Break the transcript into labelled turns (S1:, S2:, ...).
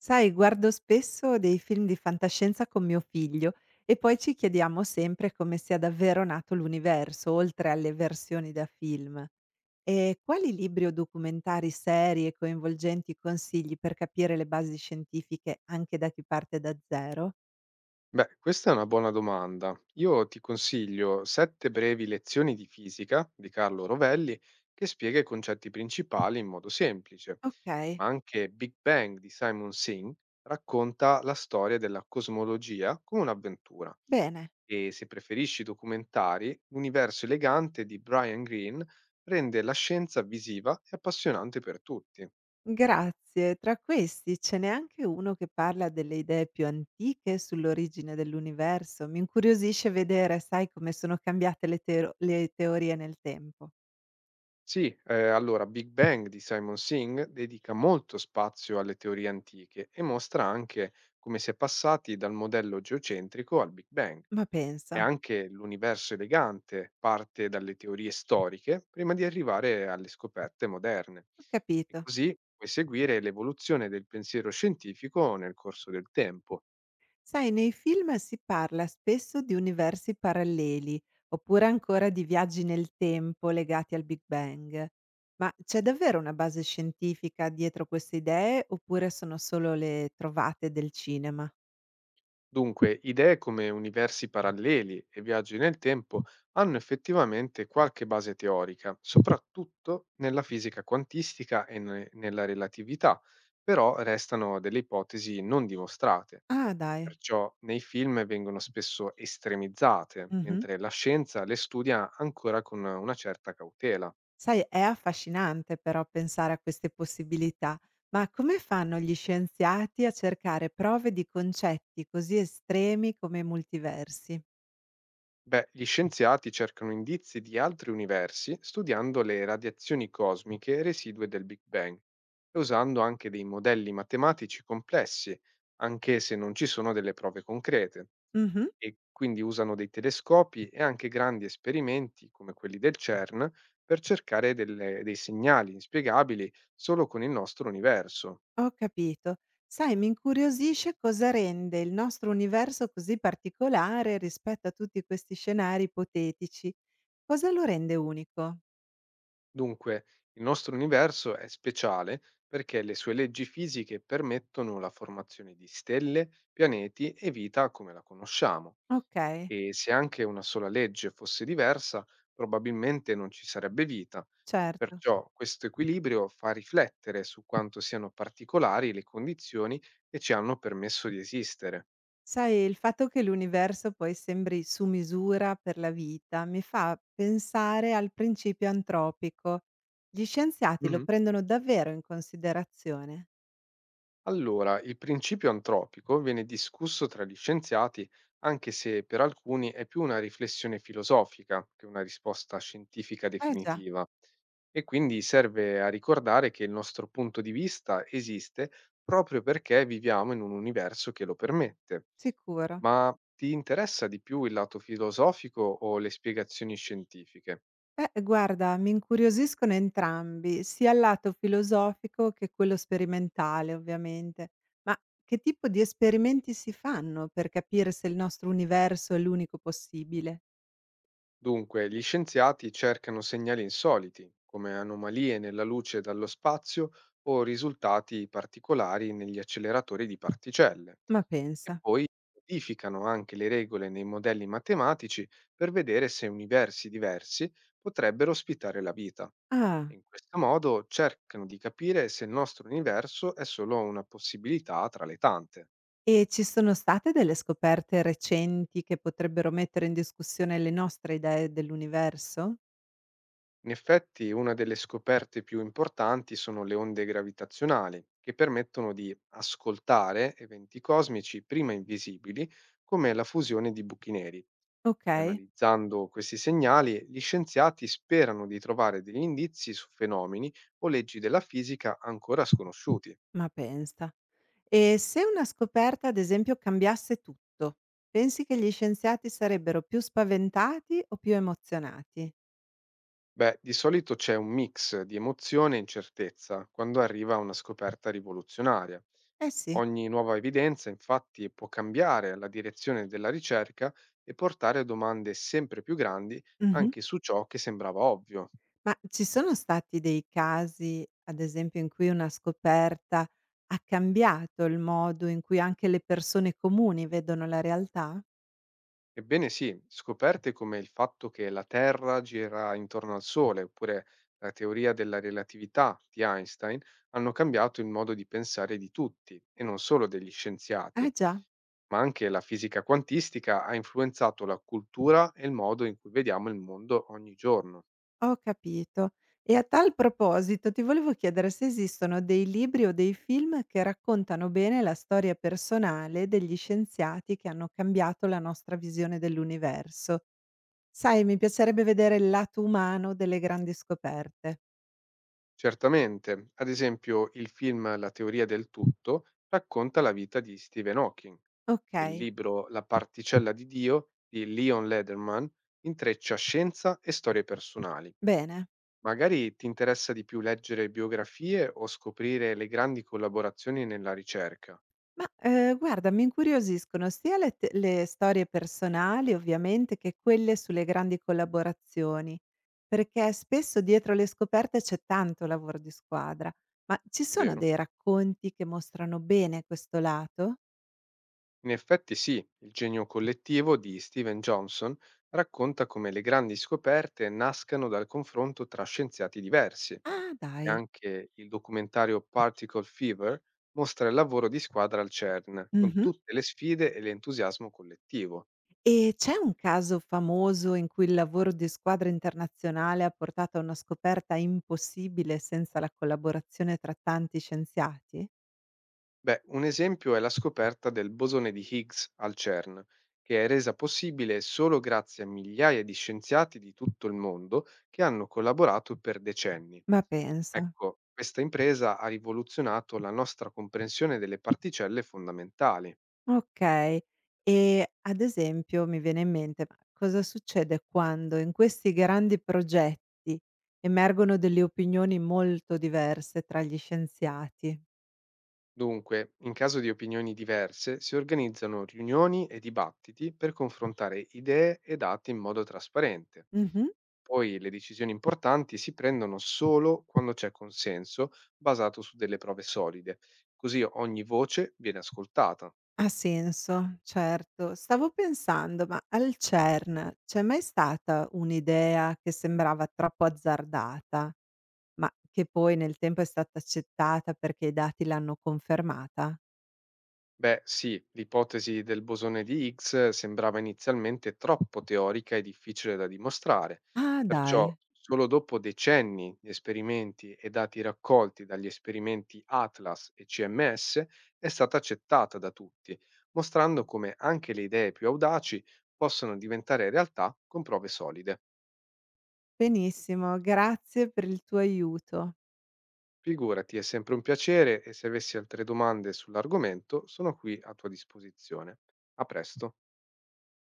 S1: Sai, guardo spesso dei film di fantascienza con mio figlio e poi ci chiediamo sempre come sia davvero nato l'universo, oltre alle versioni da film. E quali libri o documentari seri e coinvolgenti consigli per capire le basi scientifiche anche da chi parte da zero?
S2: Beh, questa è una buona domanda. Io ti consiglio Sette brevi lezioni di fisica di Carlo Rovelli che spiega i concetti principali in modo semplice,
S1: Ok,
S2: ma anche Big Bang di Simon Singh racconta la storia della cosmologia come un'avventura
S1: bene.
S2: e se preferisci documentari, L'universo elegante di Brian Greene rende la scienza visiva e appassionante per tutti.
S1: Grazie. Tra questi ce n'è anche uno che parla delle idee più antiche sull'origine dell'universo. Mi incuriosisce vedere, sai, come sono cambiate le teorie nel tempo.
S2: Sì, allora Big Bang di Simon Singh dedica molto spazio alle teorie antiche e mostra anche come si è passati dal modello geocentrico al Big Bang.
S1: Ma pensa,
S2: E anche l'universo elegante parte dalle teorie storiche prima di arrivare alle scoperte moderne.
S1: ho
S2: E
S1: capito.
S2: così puoi seguire l'evoluzione del pensiero scientifico nel corso del tempo.
S1: Sai, nei film si parla spesso di universi paralleli, oppure ancora di viaggi nel tempo legati al Big Bang. Ma c'è davvero una base scientifica dietro queste idee oppure sono solo le trovate del cinema?
S2: Dunque, idee come universi paralleli e viaggi nel tempo hanno effettivamente qualche base teorica, soprattutto nella fisica quantistica e nella relatività, però restano delle ipotesi non dimostrate.
S1: Ah, dai.
S2: Perciò nei film vengono spesso estremizzate,
S1: Mhm.
S2: mentre la scienza le studia ancora con una certa cautela.
S1: Sai, è affascinante però pensare a queste possibilità, ma come fanno gli scienziati a cercare prove di concetti così estremi come i multiversi?
S2: Beh, gli scienziati cercano indizi di altri universi studiando le radiazioni cosmiche residue del Big Bang e usando anche dei modelli matematici complessi, anche se non ci sono delle prove concrete.
S1: Mhm,
S2: E quindi usano dei telescopi e anche grandi esperimenti come quelli del CERN per cercare dei segnali inspiegabili solo con il nostro universo.
S1: ho capito. Sai, mi incuriosisce cosa rende il nostro universo così particolare rispetto a tutti questi scenari ipotetici. Cosa lo rende unico?
S2: Dunque, il nostro universo è speciale perché le sue leggi fisiche permettono la formazione di stelle, pianeti e vita come la conosciamo.
S1: Ok,
S2: E se anche una sola legge fosse diversa, probabilmente non ci sarebbe vita.
S1: certo.
S2: Perciò questo equilibrio fa riflettere su quanto siano particolari le condizioni che ci hanno permesso di esistere.
S1: Sai, il fatto che l'universo poi sembri su misura per la vita mi fa pensare al principio antropico. Gli scienziati lo
S2: Mhm.
S1: prendono davvero in considerazione?
S2: Allora, il principio antropico viene discusso tra gli scienziati, anche se per alcuni è più una riflessione filosofica che una risposta scientifica
S1: Eh già,
S2: definitiva. E quindi serve a ricordare che il nostro punto di vista esiste proprio perché viviamo in un universo che lo permette.
S1: sicuro.
S2: Ma ti interessa di più il lato filosofico o le spiegazioni scientifiche?
S1: Beh, guarda, mi incuriosiscono entrambi, sia il lato filosofico che quello sperimentale, ovviamente. Ma che tipo di esperimenti si fanno per capire se il nostro universo è l'unico possibile?
S2: Dunque, gli scienziati cercano segnali insoliti, come anomalie nella luce dallo spazio o risultati particolari negli acceleratori di particelle,
S1: Ma
S2: e
S1: pensa.
S2: poi modificano anche le regole nei modelli matematici per vedere se universi diversi potrebbero ospitare la vita.
S1: Ah.
S2: In questo modo cercano di capire se il nostro universo è solo una possibilità tra le tante.
S1: E ci sono state delle scoperte recenti che potrebbero mettere in discussione le nostre idee dell'universo?
S2: In effetti, una delle scoperte più importanti sono le onde gravitazionali, che permettono di ascoltare eventi cosmici prima invisibili, come la fusione di buchi neri. E
S1: Okay,
S2: analizzando questi segnali, gli scienziati sperano di trovare degli indizi su fenomeni o leggi della fisica ancora sconosciuti.
S1: ma pensa. E se una scoperta, ad esempio, cambiasse tutto, pensi che gli scienziati sarebbero più spaventati o più emozionati?
S2: Beh, di solito c'è un mix di emozione e incertezza quando arriva una scoperta rivoluzionaria.
S1: Eh sì.
S2: Ogni nuova evidenza infatti può cambiare la direzione della ricerca e portare a domande sempre più grandi
S1: Mh-mh.
S2: anche su ciò che sembrava ovvio.
S1: Ma ci sono stati dei casi, ad esempio, in cui una scoperta ha cambiato il modo in cui anche le persone comuni vedono la realtà?
S2: Ebbene sì, scoperte come il fatto che la Terra gira intorno al Sole oppure la teoria della relatività di Einstein hanno cambiato il modo di pensare di tutti e non solo degli
S1: Eh
S2: scienziati,
S1: già.
S2: ma anche la fisica quantistica ha influenzato la cultura e il modo in cui vediamo il mondo ogni giorno.
S1: Ho capito. E a tal proposito ti volevo chiedere se esistono dei libri o dei film che raccontano bene la storia personale degli scienziati che hanno cambiato la nostra visione dell'universo. Sai, mi piacerebbe vedere il lato umano delle grandi scoperte.
S2: Certamente, ad esempio il film La teoria del tutto racconta la vita di Stephen Hawking. Il
S1: Okay,
S2: libro La particella di Dio di Leon Lederman intreccia scienza e storie personali.
S1: bene.
S2: Magari ti interessa di più leggere biografie o scoprire le grandi collaborazioni nella ricerca,
S1: Ma, guarda mi incuriosiscono sia le storie personali ovviamente, che quelle sulle grandi collaborazioni, perché spesso dietro le scoperte c'è tanto lavoro di squadra. Ma ci sono
S2: vero?
S1: dei racconti che mostrano bene questo lato?
S2: In effetti sì, il genio collettivo di Stephen Johnson racconta come le grandi scoperte nascano dal confronto tra scienziati diversi e
S1: Ah dai.
S2: anche il documentario Particle Fever mostra il lavoro di squadra al CERN, con
S1: Mh-mh.
S2: tutte le sfide e l'entusiasmo collettivo.
S1: E c'è un caso famoso in cui il lavoro di squadra internazionale ha portato a una scoperta impossibile senza la collaborazione tra tanti scienziati?
S2: Beh, un esempio è la scoperta del bosone di Higgs al CERN, che è resa possibile solo grazie a migliaia di scienziati di tutto il mondo che hanno collaborato per decenni.
S1: Ma pensa.
S2: Ecco, questa impresa ha rivoluzionato la nostra comprensione delle particelle fondamentali.
S1: Okay. E ad esempio mi viene in mente, ma cosa succede quando in questi grandi progetti emergono delle opinioni molto diverse tra gli scienziati?
S2: Dunque, in caso di opinioni diverse, si organizzano riunioni e dibattiti per confrontare idee e dati in modo trasparente.
S1: Mh-mh.
S2: Poi le decisioni importanti si prendono solo quando c'è consenso basato su delle prove solide, così ogni voce viene ascoltata.
S1: Ha senso, certo. Stavo pensando, ma al CERN c'è mai stata un'idea che sembrava troppo azzardata, ma che poi nel tempo è stata accettata perché i dati l'hanno confermata?
S2: Beh, sì, l'ipotesi del bosone di Higgs sembrava inizialmente troppo teorica e difficile da dimostrare,
S1: Ah dai.
S2: perciò solo dopo decenni di esperimenti e dati raccolti dagli esperimenti Atlas e CMS è stata accettata da tutti, mostrando come anche le idee più audaci possono diventare realtà con prove solide.
S1: Benissimo, grazie per il tuo aiuto.
S2: Figurati, è sempre un piacere e se avessi altre domande sull'argomento sono qui a tua disposizione. A presto.